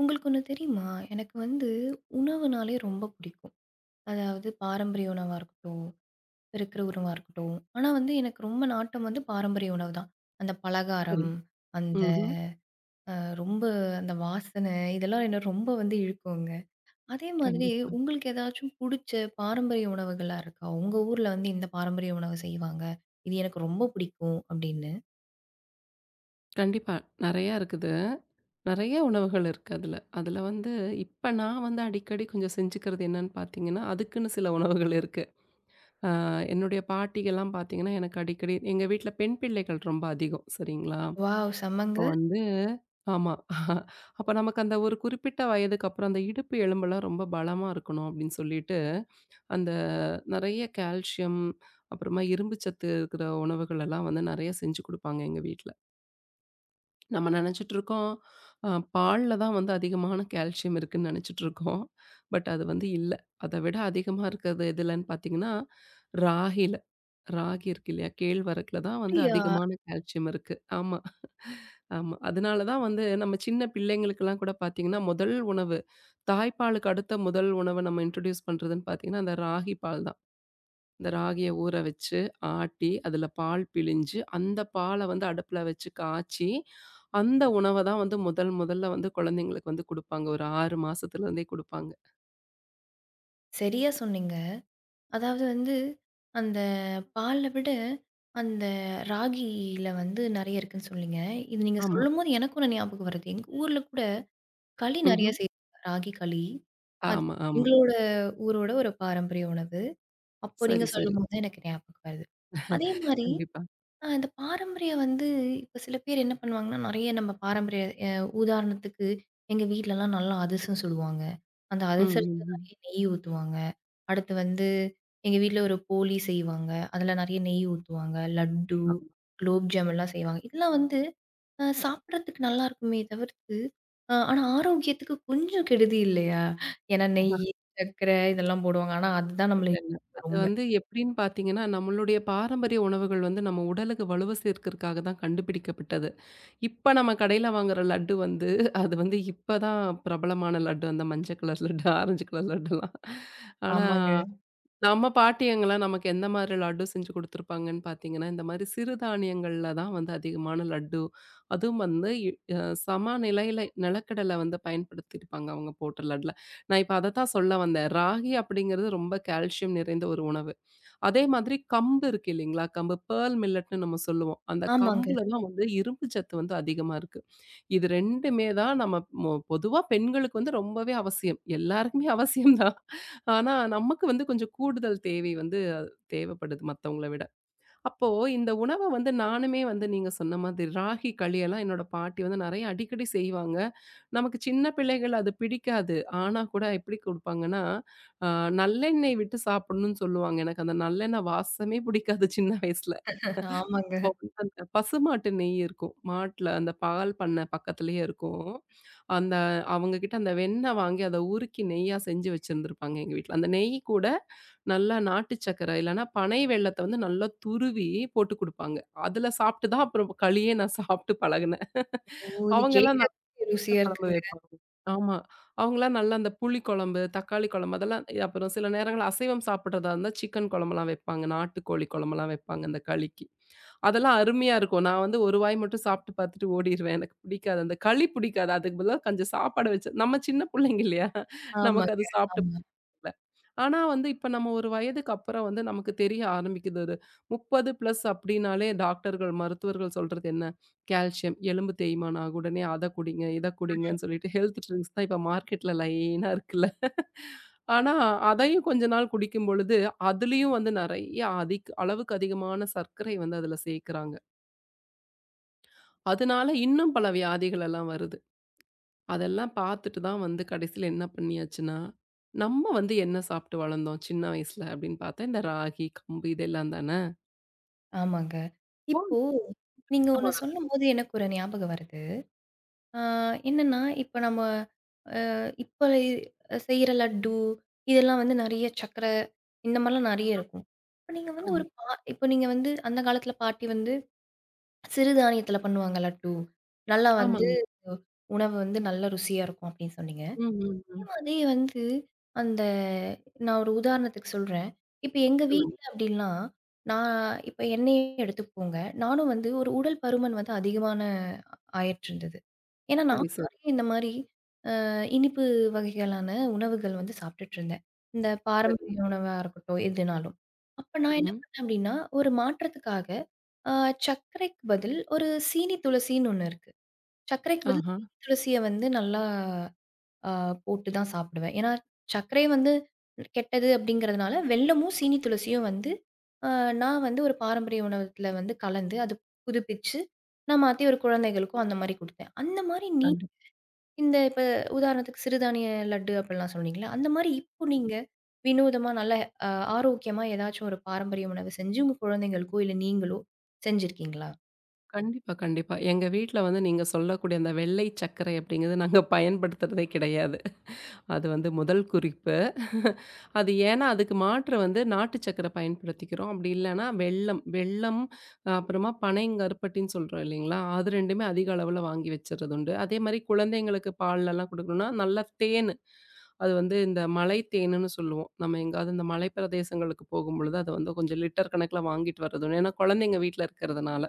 உங்களுக்கு ஒண்ணு தெரியுமா? எனக்கு உணவுனாலே ரொம்ப பிடிக்கும். அதாவது பாரம்பரிய உணவா இருக்கட்டும், இருக்கிற உணவா இருக்கட்டும். ஆனா எனக்கு ரொம்ப நாட்டம் பாரம்பரிய உணவு தான். அந்த சரி. பலகாரம், அந்த ம்ஹ்ம். அ ரொம்ப அந்த வாசனை இதெல்லாம் என்ன ரொம்ப இழுக்குங்க. அதே மாதிரி கண்டிப்பா. உங்களுக்கு ஏதாச்சும் புடிச்ச பாரம்பரிய உணவுகள்லாம் இருக்கா? உங்க ஊர்ல இந்த பாரம்பரிய உணவு செய்வாங்க. இது எனக்கு ரொம்ப பிடிக்கும் அப்படின்னு. கண்டிப்பா. நெறையா இருக்குது. நெறைய உணவுகள் இருக்கு அதுல. அதுல வந்து இப்ப நான் வந்து அடிக்கடி கொஞ்சம் செஞ்சுக்கிறது என்னன்னு பார்த்தீங்கன்னா, அதுக்குன்னு சில உணவுகள் இருக்கு. அ என்னுடைய பாட்டிகள்லாம் பார்த்தீங்கன்னா, எனக்கு அடிக்கடி எங்க வீட்ல பெண் பிள்ளைகள் ரொம்ப அதிகம். சரிங்களா? வாவ்! செம்மங்க. அப்போ வந்து ஆமா. அப்ப நமக்கு அந்த ஒரு குறிப்பிட்ட வயதுக்கு அப்புறம் அந்த இடுப்பு எலும்பெல்லாம் ரொம்ப பலமா இருக்கணும் அப்படின்னு சொல்லிட்டு, அந்த நெறைய கால்சியம், அப்புறமா இரும்பு சத்து இருக்கிற உணவுகள் எல்லாம் வந்து நெறைய செஞ்சு குடுப்பாங்க எங்க வீட்ல. நம்ம நெனச்சிட்டுருக்கோம், அ பால்ல தான் வந்து அதிகமான கால்சியம் இருக்குன்னு நெனச்சிட்டுருக்கோம். பட் அது வந்து இல்ல. அத விட அதிகமா இருக்கிறது எதுலன்னு பார்த்தீங்கன்னா, ராகில. ராகி இருக்கு இல்லையா? கேழ்வரகுல தான் வந்து அப்படியா? அதிகமான கால்சியம் இருக்கு. ஆமா. ஆமா. அதனால தான் வந்து நம்ம சின்ன பிள்ளைங்களுக்கெல்லாம் கூட பார்த்தீங்கன்னா, முதல் உணவு தாய்ப்பாலுக்கு அடுத்த முதல் உணவு நம்ம இன்ட்ரோடியூஸ் பண்றதுன்னு பார்த்தீங்கன்னா, அந்த ராகி பால் தான். இந்த ராகிய ஊற வச்சு, ஆட்டி, அதுல பால் பிழிஞ்சு, அந்த பால வந்து அடுப்புல வச்சு காய்ச்சி, அந்த உணவ தான் வந்து முதல் முதல்ல வந்து குழந்தைங்களுக்கு வந்து குடுப்பாங்க. ஒரு 6 மாசத்துலருந்தே குடுப்பாங்க. சரியா சொன்னீங்க. அதாவது வந்து, அந்த பால்ல விட, அந்த ராகியில நெறைய இருக்குன்னு சொன்னீங்க. இது நீங்க ஆமா. சொல்லும்போது எனக்கு ஒண்ணு ஞாபகம் வருது. எங்க ஊர்ல கூட களி நெறைய ம்ஹ்ம். செய்வாங்க. ராகி களி. அது ஆமா, ஆமா. எங்களோட ஊரோட ஒரு பாரம்பரிய உணவு. அப்போ நீங்க சரி, சரி. சொல்லும்போது தான் எனக்கு ஞாபகம் வருது. அதே மாரி கண்டிப்பா. இந்த பாரம்பரியம் இப்ப சில பேர் என்ன பண்ணுவாங்கன்னா, நெறைய நம்ம பாரம்பரிய அ உதாரணத்துக்கு எங்க வீட்லலாம் நல்லா அதிரசம் சுடுவாங்க. அந்த ம், அதிரசத்துல ம், ம். நெறைய நெய் ஊத்துவாங்க. அடுத்து வந்து எங்க வீட்ல ஒரு போளி செய்வாங்க. அதுல நெறைய நெய் ஊத்துவாங்க. லட்டு, ஆமா. குலோப் ஜாம் எல்லாம் செய்வாங்க. இதெல்லாம் வந்து அ சாப்பிடறதுக்கு நல்லா இருக்குமே தவிர்த்து, ஆனா ஆரோக்கியத்துக்கு கொஞ்சம் கெடுதி இல்லையா? ஏன்னா நெய்யி, சர்க்கரை இதெல்லாம் போடுவாங்க. ஆனா அதுதான் நம்மள இல்லல்ல. அது ரொம்ப வந்து எப்படின்னு பார்த்தீங்கன்னா, நம்மளுடைய பாரம்பரிய உணவுகள் வந்து நம்ம உடலுக்கு வலுவ சேர்க்கறக்காக தான் கண்டுபிடிக்கப்பட்டது. இப்ப நம்ம கடையில வாங்குற லட்டு வந்து, அது வந்து இப்ப தான் பிரபலமான லட்டு. அந்த மஞ்சள் கலர் லட்டு, ஆரஞ்சு கலர் லட்டுலாம். ஆனா ஆமாங்க. நம்ம பாட்டியங்கலாம் நமக்கு எந்த மாதிரி லட்டு செஞ்சு குடுத்துருப்பாங்கன்னு பார்த்தீங்கன்னா, இந்த மாரி சிறுதானியங்கள்ல தான் வந்து அதிகமான லட்டு. அதுவும் வந்து இ அ சம நிலையில நிலக்கடலை வந்து பயன்படுத்தியிருப்பாங்க அவங்க போட்ட லட்டுல. நான் இப்ப அதத்தான் சொல்ல வந்தேன். ராகி அப்படிங்கிறது ரொம்ப கால்சியம் நிறைந்த ஒரு உணவு. அதே மாதிரி கம்பு இருக்கு இல்லைங்களா? கம்பு பேர்ல் மில்லட்ன்னு நம்ம சொல்லுவோம். அந்த ஆமாங்க. கம்புல தான் வந்து இரும்பு சத்து வந்து அதிகமா இருக்கு. இது 2மே தான் நம்ம பொதுவா பெண்களுக்கு வந்து ரொம்பவே அவசியம். எல்லாருக்குமே அவசியம் தான். ஆனா நமக்கு வந்து கொஞ்சம் கூடுதல் தேவை வந்து அது தேவைப்படுது மத்தவங்கள விட. அப்போ இந்த உணவ வந்து நானுமே வந்து நீங்க சொன்ன மாதிரி ராகி களியெல்லாம் என்னோட பாட்டி வந்து நெறைய அடிக்கடி செய்வாங்க. நமக்கு சின்ன பிள்ளைகள் அது பிடிக்காது. ஆனா கூட எப்படி குடுப்பாங்கன்னா, அ நல்லெண்ணெய் விட்டு சாப்பிடணும்னு சொல்லுவாங்க. எனக்கு அந்த நல்லெண்ணெய் வாசமே பிடிக்காது சின்ன வயசுல. ஆமாங்க. அப்போ வந்து அந்த பசுமாட்டு நெய் இருக்கும். மாட்ல அந்த பால் பண்ணை பக்கத்திலேயே இருக்கும். அந்த அவங்க கிட்ட அந்த வெண்ணெய் வாங்கி அத உருக்கி நெய்யா செஞ்சு வச்சிருந்திருப்பாங்க எங்க வீட்ல. அந்த நெய் கூட நல்லா நாட்டு சர்க்கரை இல்லன்னா பனை வெல்லத்த வந்து நல்லா துருவி போட்டு குடுப்பாங்க. அதுல சாப்ட்டு தான் அப்புறம் களியே நான் சாப்ட்டு பழகுனேன். ஓ! இது அவங்கலாம் நல்ல கேட்கறதுக்கே ருசியா குழம்பு இருக்குங்க. வைப்பாங்க. ஆமா. அவங்கலாம் நல்லா அந்த புளி குழம்பு, தக்காளி குழம்பு அதெல்லாம் அப்புறம் சில நேரங்கள்ல அசைவம் சாப்பிடுறதா இருந்தா சிக்கன் குழம்புலாம் வைப்பாங்க. நாட்டுக்கோழி குழம்புலாம் வைப்பாங்க அந்த களிக்கு. அதெல்லாம் அருமையா இருக்கும். நான் வந்து ஒரு வாய் மட்டும் சாப்ட்டு பார்த்துட்டு ஓடிருவேன். எனக்கு பிடிக்காது. அந்த களி பிடிக்காது. அதுக்கு பதிலா கொஞ்சம் சாப்பாடு வச்சு நம்ம சின்ன பிள்ளைங்க இல்லையா? நமக்கு ஆமாங்க, அது சாப்ட்டு ஆமா, இல்ல. ஆனா வந்து இப்ப நம்ம ஒரு வயதுக்கு அப்புறம் வந்து நமக்கு தெரிய ஆரம்பிக்குது அது. 30 பிளஸ் அப்படின்னாலே டாக்டர்கள், மருத்துவர்கள் சொல்றது என்ன? கால்சியம், எலும்பு தேய்மானம் ஆகும். உடனே அத குடிங்க, இத குடிங்கன்னு சொல்லிட்டு ஹெல்த் ட்ரிங்க்ஸ் தான் இப்ப மார்க்கெட்ல லைனா இருக்குல்ல. ஆனா அதையும் கொஞ்ச நாள் குடிக்கும் பொழுது, அதுலயும் வந்து நெறைய அளவுக்கு அதிகமான சர்க்கரை வந்து அதுல சேர்க்குறாங்க. அதனால இன்னும் பல வியாதிகள் எல்லாம் வருது. அதெல்லாம் பார்த்துட்டு தான் வந்து கடைசியில என்ன பண்ணியாச்சுன்னா, நம்ம வந்து என்ன சாப்பிட்டு வளர்ந்தோம் சின்ன வயசுல அப்படின்னு பார்த்தா, இந்த ராகி, கம்பு இதெல்லாம் தானே? ஆமாங்க. ஓ! இப்போ நீங்க ஆமா ஒண்ணு அத சொல்லும்போது எனக்கு ஒரு ஞாபகம் வருது. ஆ என்னன்னா, இப்ப நம்ம இப்ப செய்ற லட்டு, இதெல்லாம் நெறைய சர்க்கரை இந்த மாரிலாம் நெறைய இருக்கும். இப்ப நீங்க வந்து ஆமா. ஒரு பா இப்ப நீங்க அந்த காலத்துல பாட்டி சிறுதானியத்துல பண்ணுவாங்க லட்டு. நல்லா வந்து ஆமாங்க. உணவு நல்ல ருசியா இருக்கும் அப்படின்னு சொன்னீங்க. ம், ம், ம். அதே வந்து அந்த நான் ஒரு உதாரணத்துக்கு சொல்றேன். இப்ப எங்க சொல்லுங்க. வீட்ல அப்டின்னா, நான் இப்ப என்னையே எடுத்துக்கோங்க. நானும் ஒரு உடல் பருமன் அதிகமான ஆயிட்டுருந்தது. ஏன்னா சரி, நானும் சரி, நெறைய இந்த மாரி இனிப்பு வகைகளான உணவுகள் சாப்ட்டுட்டு இருந்தேன். இந்த சரிங்க. பாரம்பரிய உணவா இருக்கட்டும், எதுனாலும். அப்ப நான் என்ன ம்ஹ்ம். பண்ணேன் அப்டின்னா, ஒரு மாற்றத்துக்காக அ சர்க்கரைக்கு பதில் ஒரு சீனி துளசின்னு ஒண்ணு இருக்கு. சர்க்கரைக்கு பதில் ஆஹா. சீனி துளசிய நல்லா ஆ போட்டு தான் சாப்பிடுவேன். ஏன்னா, சர்க்கரை கெட்டது அப்படிங்கிறதுனால, வெல்லமும், சீனி துளசியும் வந்து அ நான் ஒரு பாரம்பரிய உணவகத்தில கலந்து, அது புதுப்பிச்சு, நான் மாத்தி ஒரு குழந்தைகளுக்கும் அந்த மாரி குடுத்தேன். அந்த மாரி நீ கண்டிப் இப்ப உதாரணத்துக்கு சிறுதானிய லட்டு அப்படிலாம் சொன்னீங்கல்ல, அந்த மாரி இப்போ நீங்க வினோதமா நல்ல அ ஆரோக்கியமா ஏதாச்சும் ஒரு பாரம்பரிய உணவு செஞ்சு, உங்க குழந்தைங்களுக்கோ, இல்ல நீங்களோ செஞ்சிருக்கீங்களா? கண்டிப்பா, கண்டிப்பா. எங்க வீட்ல வந்து நீங்க சொல்லக்கூடிய அந்த வெள்ளை சர்க்கரை அப்படிங்கிறது நாங்க பயன்படுத்துறதே கிடையாது. அது வந்து முதல் குறிப்பு. அது ஏன்னா, அதுக்கு மாற்று வந்து நாட்டு சர்க்கரை பயன்படுத்திக்கிறோம். அப்படி இல்லன்னா வெல்லம். வெல்லம், அப்புறமா பனைங்கருப்பட்டின்னு சொல்றோம் இல்லைங்களா? அது 2மே அதிக அளவுல வாங்கி வச்சுறது உண்டு. அதே மாரி குழந்தைங்களுக்கு பால்லலாம் குடுக்கணும்னா, நல்லா தேனு. அது வந்து இந்த மலை தேனுன்னு சொல்லுவோம். நம்ம எங்காவது இந்த மலை பிரதேசங்களுக்கு போகும்பொழுது, அத வந்து கொஞ்சம் லிட்டர் கணக்குல வாங்கிட்டு வர்றது உண்டு. ஏன்னா, குழந்தைங்க வீட்ல இருக்கிறதுனால.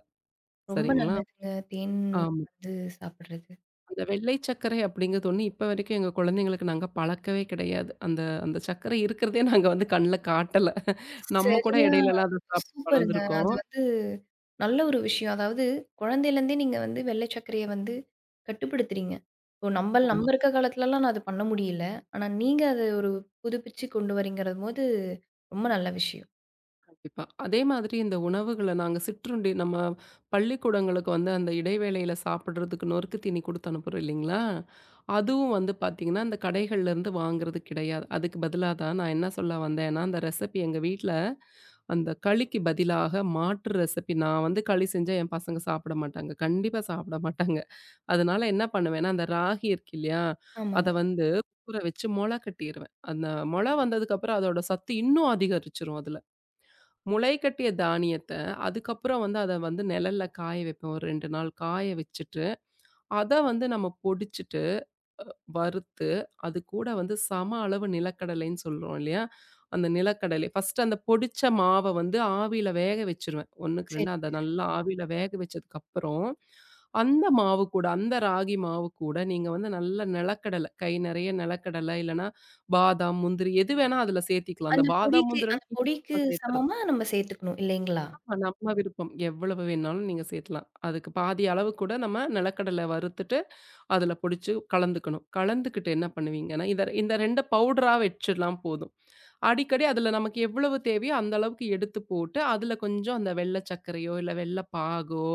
ரொம்ப சரிங்களா? நல்லதுங்க. தேன் ஆமா. வந்து சாப்பிடுறது. அந்த வெள்ளை சர்க்கரை அப்படிங்கிறது ஒண்ணு இப்ப வரைக்கும் எங்க குழந்தைங்களுக்கு நாங்க பழக்கவே கிடையாது. அந்த அந்த சர்க்கரை இருக்கிறதே நாங்க வந்து கண்ல காட்டல. நம்ம கூட சரியா இடையிலலாம் அத சாப்பிட்டு சூப்பருங்க. அது வளர்ந்துருக்கோம். நல்ல ஒரு விஷயம். அதாவது குழந்தையிலேருந்தே நீங்க வெள்ளை சர்க்கரைய கட்டுப்படுத்துறீங்க. இப்போ நம்ப ஆமா, நம்ம இருக்க காலத்துலலாம் நான் அது பண்ண முடியல. ஆனா நீங்க அத ஒரு புதுப்பிச்சு கொண்டு வரீங்கிறபோது ரொம்ப நல்ல விஷயம். கண்டிப்பா. அதே மாதிரி இந்த உணவுகள நாங்க சிற்றுண்டி நம்ம பள்ளிக்கூடங்களுக்கு வந்து அந்த இடைவேளையில சாப்பிடுறதுக்கு நொறுக்கு தீனி குடுத்து அனுப்புறோம் இல்லைங்களா? அதுவும் வந்து பார்த்தீங்கன்னா, அந்த கடைகள்லேருந்து வாங்குறது கிடையாது. அதுக்கு பதிலா தான் நான் என்ன சொல்ல வந்தேன்னா, அந்த ரெசிபி எங்க வீட்ல அந்த களிக்கு பதிலாக மாற்று ரெசிபி நான் வந்து களி செஞ்சா என் பசங்க சாப்பிட மாட்டாங்க. கண்டிப்பா சாப்பிட மாட்டாங்க. அதனால என்ன பண்ணுவேன்னா, அந்த ராகி இருக்கு இல்லையா? அத ஆமாங்க. வந்து ஊற வச்சு மொள கட்டிருவேன். அந்த மொள வந்ததுக்கப்புறம் அதோட சத்து இன்னும் அதிகரிச்சுரும் அதுல. முளை கட்டிய தானியத்த அதுக்கப்புறம் வந்து அத வந்து நிழல்ல காய வைப்பேன். ஒரு 2 நாள் காய வச்சுட்டு, அத வந்து நம்ம பொடிச்சுட்டு வறுத்து, அது கூட வந்து சம அளவு நிலக்கடலைன்னு சொல்றோம் இல்லையா? அந்த நிலக்கடலை ஃபர்ஸ்ட்டு அந்த பொடிச்ச மாவ வந்து ஆவியில வேக வச்சுருவேன். 1க்கு 2 சரி. அத நல்லா ஆவியில வேக வச்சதுக்கப்புறம், அந்த மாவு கூட, அந்த ராகி மாவு கூட நீங்க வந்து நல்ல நிலக்கடலை, கை நெறைய நிலக்கடலை இல்லன்னா பாதாம், முந்திரி எது வேணா அதுல சேர்த்திக்கலாம். அந்த பாதாம், அந்த முந்திரிலாம் பொடிக்கு நம்ம சேர்த்துறது. சமமா நம்ம சேர்த்துக்கணும் இல்லைங்களா? ஆமா நம்ம விருப்பம். எவ்வளவு வேணாலும் நீங்க சேர்க்கலாம். அதுக்கு பாதி அளவு கூட நம்ம நிலக்கடலை வறுத்துட்டு அதில பிடிச்சு கலந்துக்கணும். கலந்துக்கிட்டு என்ன பண்ணுவீங்கன்னா, இத இந்த 2 பவுடரா வச்சிடலாம் போதும். அடிக்கடி அதில நமக்கு எவ்வளவு தேவையோ அந்த அளவுக்கு எடுத்து போட்டு, அதில கொஞ்சம் அந்த வெள்ள சர்க்கரையோ, இல்ல வெள்ள பாகோ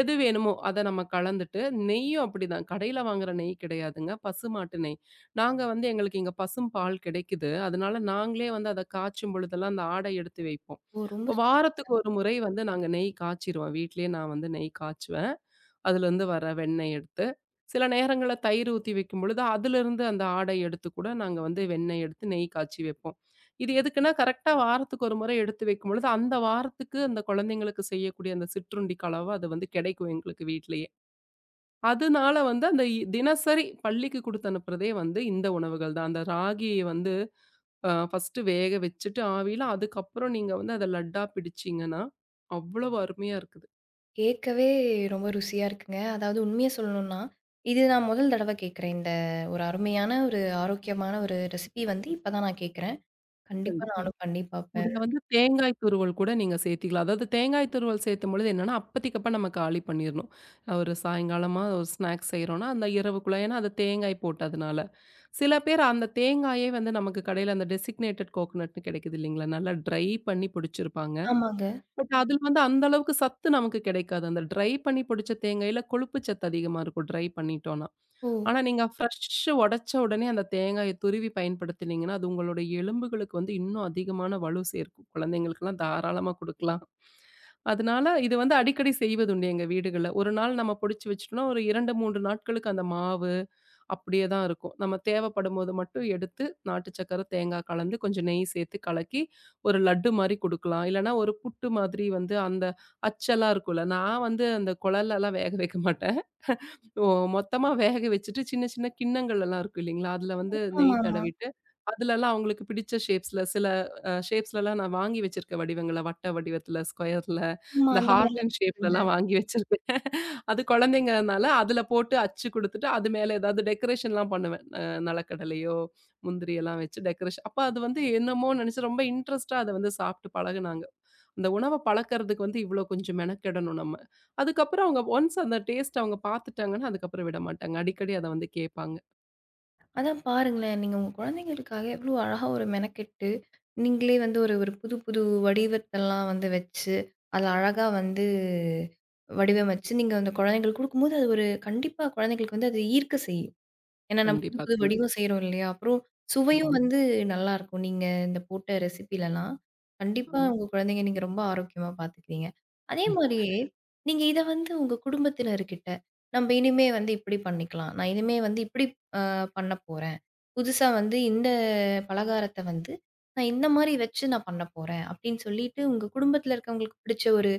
எது வேணுமோ அத நம்ம கலந்துட்டு, நெய்யும் அப்படிதான். கடையில வாங்குற நெய் கிடையாதுங்க. பசுமாட்டு நெய். நாங்க வந்து எங்களுக்கு இங்க பசும் பால் கிடைக்குது. அதனால நாங்களே வந்து அத காய்ச்சும் பொழுதெல்லாம் அந்த ஆடை எடுத்து வைப்போம். ஓ! ரொம்ப சூ வாரத்துக்கு ஒரு முறை வந்து நாங்க நெய் காய்ச்சிருவோம். வீட்லயே நான் வந்து நெய் காய்ச்சுவேன். அதுலேருந்து வர வெண்ணெய் எடுத்து, சில நேரங்கள்ல தயிர் ஊத்தி வைக்கும்பொழுது, அதிலிருந்து அந்த ஆடை எடுத்து கூட நாங்க வந்து வெண்ணெய் எடுத்து நெய் காய்ச்சி வைப்போம். இது எதுக்குன்னா, கரெக்ட்டா வாரத்துக்கு ஒரு முறை எடுத்து வைக்கும்பொழுது, அந்த வாரத்துக்கு அந்த குழந்தைங்களுக்கு செய்யக்கூடிய அந்த சிற்றுண்டி கலவ அது வந்து கிடைக்கும் எங்களுக்கு வீட்லயே. அதனால வந்து அந்த தினசரி பள்ளிக்கு குடுத்து அனுப்புறதே வந்து இந்த உணவுகள் தான். அந்த ராகிய வந்து ஃபர்ஸ்ட்டு வேக வச்சுட்டு ஆவியில, அதுக்கப்புறம் நீங்க வந்து அத லட்டா பிடிச்சீங்கன்னா, அவ்வளவு அருமையா இருக்குது. கேட்கவே ரொம்ப ருசியா இருக்குங்க. அதாவது உண்மைய சொல்லணும்னா, இது நான் முதல் தடவ கேட்கிறேன். இந்த ஒரு அருமையான ஒரு ஆரோக்கியமான ஒரு ரெசிபி இப்ப தான் நான் கேட்கிறேன். கண்டிப்பா கண்டிப்பா. நானும் பண்ணி பாப்பேன். முதல்ல வந்து தேங்காய் துருவல் கூட நீங்க சேர்த்திக்கலாம். அதாவது தேங்காய் துருவல் சேர்த்தும்பொழுது என்னன்னா, அப்பதைக்கப்ப நம்ம காலி பண்ணிறணும். ஒரு சாயங்காலமா ஒரு ஸ்நாக்ஸ் செய்றோம்னா, அந்த இரவுக்குள்ள ஏன்னா அது தேங்காய் போட்டதுனால. சில பேர் அந்த தேங்காயே வந்து நமக்கு கடையில அந்த டெசிக்னேட்டட் கோகனட்ன்னு கிடைக்குது இல்லைங்களா? நல்லா ட்ரை பண்ணி பிடிச்சிருப்பாங்க. ஆமாங்க. பட் அதில வந்து அந்த அளவுக்கு சத்து நமக்கு கிடைக்காது. அந்த ட்ரை பண்ணி பொடிச்ச தேங்காயில கொழுப்பு சத்து அதிகமா இருக்கும், ட்ரை பண்ணிட்டோம்னா. ஓ! ஆனா நீங்க ஃப்ரெஷ் உடைச்ச உடனே அந்த தேங்காய துருவி பயன்படுத்தினீங்கன்னா, அது உங்களுடைய எலும்புகளுக்கு வந்து இன்னும் அதிகமான வலு சேர்க்கும். குழந்தைங்களுக்கெல்லாம் தாராளமா குடுக்கலாம். அதனால இது வந்து அடிக்கடி செய்வதுண்டு எங்க வீடுகள்ல. ஒரு நாள் நம்ம பொடிச்சு வச்சுட்டோம்னா, ஒரு 2, 3 நாட்களுக்கு அந்த மாவு அப்படியே தான் இருக்கும். நம்ம தேவைப்படும்போது மட்டும் எடுத்து நாட்டு சர்க்கரை, தேங்காய் கலந்து கொஞ்சம் நெய் சேர்த்து கலக்கி ஒரு லட்டு மாரி குடுக்கலாம். இல்லன்னா ஒரு புட்டு மாதிரி வந்து அந்த அச்செல்லாம் இருக்கும்ல. நான் வந்து அந்த குழல்லலாம் வேக வைக்க மாட்டேன். ஓ! மொத்தமா வேக வச்சுட்டு சின்ன சின்ன கிண்ணங்கள் எல்லாம் இருக்கும் இல்லைங்களா? அதுல வந்து நெய் ஆமாமா. தடவிட்டு, அதுலலாம் அவங்களுக்கு பிடிச்ச ஷேப்ஸ்ல சில ஷேப்ஸ்லலாம் நான் வாங்கி வச்சிருக்கேன் வடிவங்கள. வட்ட வடிவத்துல, ஸ்கொயர்ல, ஆமா. இந்த அந்த மாரிலாம் ஹார்ட்டின் விக்குதுங்க. ஷேப்லலாம் வாங்கி வச்சிருக்கேன். அது குழந்தைங்கனால அதுல போட்டு அச்சு குடுத்துட்டு, அது மேல ஏதாவது டெக்கரேஷன்லாம் பண்ணுவேன். நெலக்கடலையோ, முந்திரி எல்லாம் வச்சு டெக்கரேஷன் அப்ப அது வந்து என்னமோ நெனச்சு ரொம்ப இன்ட்ரெஸ்ட்டா அத வந்து சாப்ட்டு பழகுனாங்க. அந்த உணவ பழக்கறதுக்கு வந்து இவ்ளோ கொஞ்சம் மெனக்கெடணும் நம்ம. அதுக்கப்புறம் அவங்க ஒன்ஸ் அந்த டேஸ்ட் அவங்க பார்த்துட்டாங்கன்னா, அதுக்கப்புறம் விட மாட்டாங்க. அடிக்கடி அத வந்து கேட்பாங்க. அதான் பாருங்களேன். நீங்க உங்க குழந்தைங்களுக்காக எவ்ளோ அழகா ஒரு மெனக்கெட்டு, நீங்களே ஒரு ஒரு புது புது வடிவத்தெல்லாம் வச்சு, அத அழகா வடிவமைச்சு, நீங்க அந்த குழந்தைங்களுக்கு குடுக்கும்போது, அது ஒரு கண்டிப்பா குழந்தைங்களுக்கு அது ஈர்க்க செய்யும். ஏன்னா, நம்ம புது கண்டிப்பா, புது கண்டிப்பா. வடிவம் செய்றோம் இல்லையா? அப்புறம் ஆமா, சுவையும் நல்லாருக்கும். நீங்க இந்த போட்ட ரெசிபிலலாம். கண்டிப்பா ஆமா. உங்க குழந்தைங்க நீங்க ரொம்ப ஆரோக்கியமா பார்த்துக்கிறீங்க. அதே மாரியே, நீங்க இத உங்க குடும்பத்தினர்கிட்ட, "நம்ப இனிமே இப்படி பண்ணிக்கலாம். நான் இனிமே இப்படி அ பண்ணப்போறேன். புதுசா இந்த பலகாரத்த நான் இந்த மாரி வச்சு நான் பண்ணப்போறேன்." அப்படின்னு சொல்லிட்டு உங்க குடும்பத்தில இருக்கவங்களுக்கு பிடிச்ச ஒரு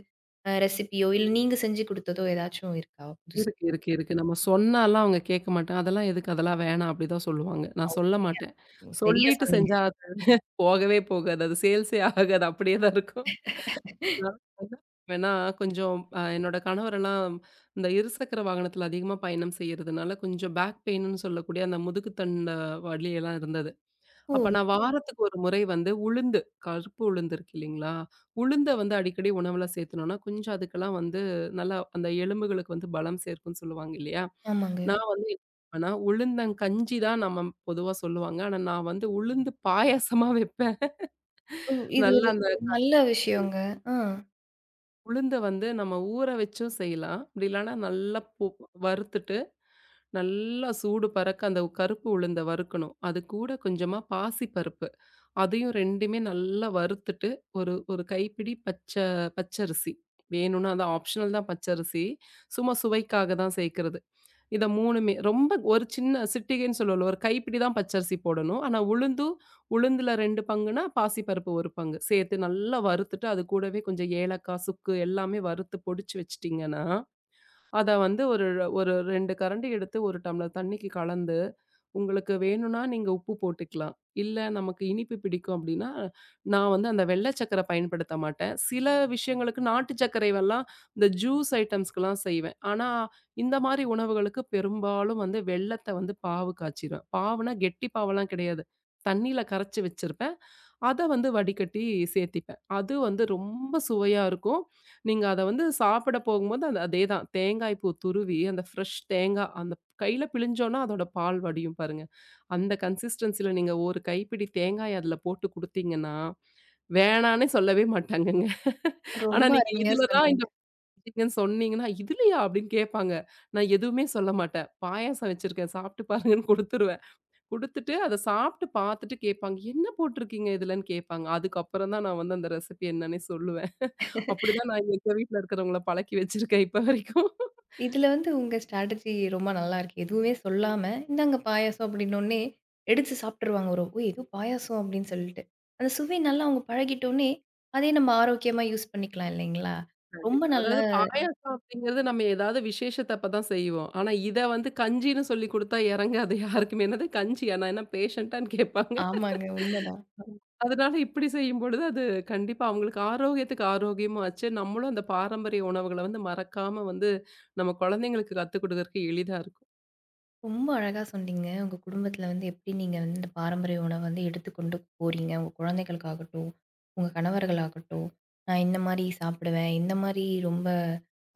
ரெசிபியோ, இல்ல நீங்க செஞ்சு குடுத்ததோ ஏதாச்சும் இருக்கா புதுசா? இருக்கு, இருக்கு, இருக்கு. நம்ம சொன்னாலாம் அவங்க கேட்க மாட்டாங்க. அதெல்லாம் எதுக்கு? அதெல்லாம் வேணாம் அப்படிதான் சொல்லுவாங்க. ஆ நான் சொல்ல உண்மையா. மாட்டேன். ஓ! சரியா சொல்லிட்டு சொன்னீங்க. செஞ்சா அது போகவே போகாது. அது சேல்ஸே ஆகாது. அப்படியே தான் இருக்கும். நான் வந்து வேணா கொஞ்சம் என்னோட கணவரெல்லாம் இந்த இருசக்கர வாகனத்துல அதிகமா பயணம் செய்யறதுனால, கொஞ்சம் பேக் பெயின்னு சொல்லக்கூடிய அந்த முதுகுத்தண்டு வலி எல்லாம் இருந்தது. அப்ப ஓ! நான் வாரத்துக்கு ஒரு முறை வந்து உளுந்து, கருப்பு உளுந்து இருக்கு இல்லைங்களா? உளுந்த வந்து அடிக்கடி உணவுல சேர்த்துனோம்னா, கொஞ்சம் அதுக்கெல்லாம் வந்து நல்லா அந்த எலும்புகளுக்கு வந்து பலம் சேர்க்கும்னு சொல்லுவாங்க இல்லையா? ஆமாங்க. நான் வந்து என்ன பண்ணுவேன்னா, உளுந்தங்கஞ்சி தான் நம்ம பொதுவா சொல்லுவாங்க. ஆனா நான் வந்து உளுந்து பாயாசமா வைப்பேன். ஓ! இது நல்லா ஒரு அந்த நல்ல விஷயங்க. ஆ உளுந்த வந்து நம்ம ஊற வச்சும் செய்யலாம். அப்படி இல்லன்னா நல்லா வறுத்துட்டு நல்லா சூடு பறக்க அந்த கருப்பு உளுந்த வறுக்கணும். அது கூட கொஞ்சமா பாசி பருப்பு. அதையும் 2மே நல்லா வறுத்துட்டு, ஒரு ஒரு கைப்பிடி பச்ச பச்சரிசி. வேணும்னா அது ஆப்ஷனல் தான் பச்சரிசி. சும்மா சுவைக்காக தான் சேர்க்கிறது. இத 3மே ரொம்ப ஒரு சின்ன சிட்டிகைன்னு சொல்லுவோம்ல, ஒரு கைப்பிடி தான் பச்சரிசி போடணும். ஆனா உளுந்தும் உளுந்துல 2 பங்குன்னா, பாசி பருப்பு 1 பங்கு சேர்த்து நல்லா வறுத்துட்டு, அது கூடவே கொஞ்சம் ஏலக்காய், சுக்கு எல்லாமே வறுத்து பொடிச்சு வச்சுட்டீங்கன்னா, அத வந்து ஒரு ஒரு 2 கரண்டி எடுத்து 1 டம்ளர் தண்ணிக்கு கலந்து, உங்களுக்கு வேணும்னா நீங்க உப்பு போட்டுக்கலாம். இல்ல நமக்கு இனிப்பு பிடிக்கும் அப்டின்னா, நான் வந்து அந்த வெள்ள சக்கர பயன்படுத்த மாட்டேன். சில விஷயங்களுக்கு நாட்டு சர்க்கரைவெல்லாம் இந்த ஜூஸ் ஐட்டம்ஸ்க்குலாம் செய்வேன். ஆனா, இந்த மாரி உணவுகளுக்கு பெரும்பாலும் வந்து வெல்லத்த வந்து பாவு காய்ச்சிருவேன். பாவுனா கெட்டி பாவெல்லாம் கிடையாது. தண்ணீல கரைச்சு வச்சிருப்பேன். அத வந்து வடிகட்டி சேர்த்திப்பேன். அது வந்து ரொம்ப சுவையா இருக்கும். நீங்க அத வந்து சாப்பிட போகும்போது அது அதேதான். தேங்காய் பூ துருவி, அந்த ஃப்ரெஷ் தேங்கா அந்த கையில பிழிஞ்சோம்னா அதோட பால் வடியும் பாருங்க. அந்த கன்சிஸ்டன்சில நீங்க ஒரு கைப்பிடி தேங்காய் அதுல போட்டு குடுத்தீங்கன்னா, வேணான்னே சொல்லவே மாட்டாங்கங்க. ஆனா ரொம்ப நீங்க அருமையா இதுல தான் இந்த சொன்னீங்க. புடிக்குதுன்னு சொன்னீங்கன்னா, "இதுலயா?" அப்படின்னு கேட்பாங்க. நான் எதுவுமே சொல்ல மாட்டேன். பாயாசம் வச்சிருக்கேன் சாப்பிட்டு பாருங்கன்னு குடுத்துருவேன். குடுத்துட்டு, அத சாப்பிட்டு பார்த்துட்டு கேட்பாங்க. "என்ன போட்டிருக்கீங்க இதுலன்னு?" கேட்பாங்க. அதுக்கப்புறம் தான் நான் வந்து அந்த ரெசிபி என்னன்னே சொல்லுவேன். அப்படிதான் நான் எங்க வீட்ல இருக்கிறவங்கள பழக்கி வச்சிருக்கேன் இப்ப வரைக்கும். இதுல உங்க ஸ்ட்ராட்டஜி ரொம்ப நல்லாருக்கு. எதுவுமே சொல்லாம, "இந்தாங்க பாயாசம்" அப்படின்னோனே எடுத்து சாப்ட்டுருவாங்க. ஒரு "ஓ! ஏதோ பாயாசம்" அப்படின்னு சொல்லிட்டு. அந்த சுவை நல்லா அவங்க பழகிட்டோனே, அதே நம்ம ஆரோக்கியமா யூஸ் பண்ணிக்கலாம் இல்லைங்களா? ரொம்ப கண்டிப்பா. நல்லா அதாவது பாயாசம் அப்படிங்கிறது நம்ம ஏதாவது விசேஷத்த அப்ப தான் செய்வோம். ஆனா, இத வந்து கஞ்சின்னு சொல்லி குடுத்தா இறங்காது யாருக்குமே. "என்னது கஞ்சியா? நான் என்ன பேஷண்ட்டான்னு?" கேட்பாங்க. ஆமாங்க. உண்மதான். அதனால இப்படி செய்யும்பொழுது அது கண்டிப்பா அவங்களுக்கு ஆரோக்கியத்துக்கு ஆரோக்கியமும் ஆச்சு. நம்மளும் அந்த பாரம்பரிய உணவுகள வந்து மறக்காம வந்து நம்ம குழந்தைங்களுக்கு கத்துக் குடுக்கறதுக்கு எளிதா இருக்கும். ரொம்ப அழகா சொன்னீங்க. உங்க குடும்பத்தில எப்படி நீங்க இந்த பாரம்பரிய உணவ எடுத்துக்கொண்டு போறீங்க. உங்க குழந்தைகளுக்காகட்டும், உங்க கணவர்களாகட்டும், நான் இந்த மாரி சாப்பிடுவேன். இந்த மாரி ரொம்ப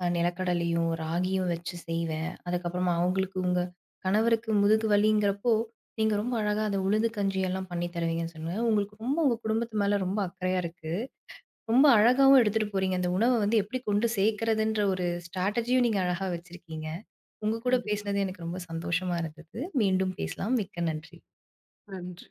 நிலக்கடலையும், ராகியும் வச்சு செய்வேன். அதுக்கப்புறமா அவங்களுக்கு உங்க கணவருக்கு முதுகு வலிங்கிறப்போ, நீங்க ரொம்ப அழகா அந்த உளுந்து கஞ்சி எல்லாம் பண்ணி தருவீங்கன்னு சொன்னீங்க. உங்களுக்கு ரொம்ப உங்க குடும்பத்து மேல ரொம்ப அக்கறையா இருக்கு. ரொம்ப அழகாவும் எடுத்துட்டு போறீங்க. அந்த உணவ எப்படி கொண்டு சேர்க்கிறதுன்ற ஒரு ஸ்ட்ராட்டஜியும் நீங்க அழகா வச்சிருக்கீங்க. உங்க கூட கண்டிப்பா. பேசினது எனக்கு ரொம்ப சந்தோஷமா இருந்தது. மீண்டும் பேசலாம். மிக்க நன்றி. நன்றி.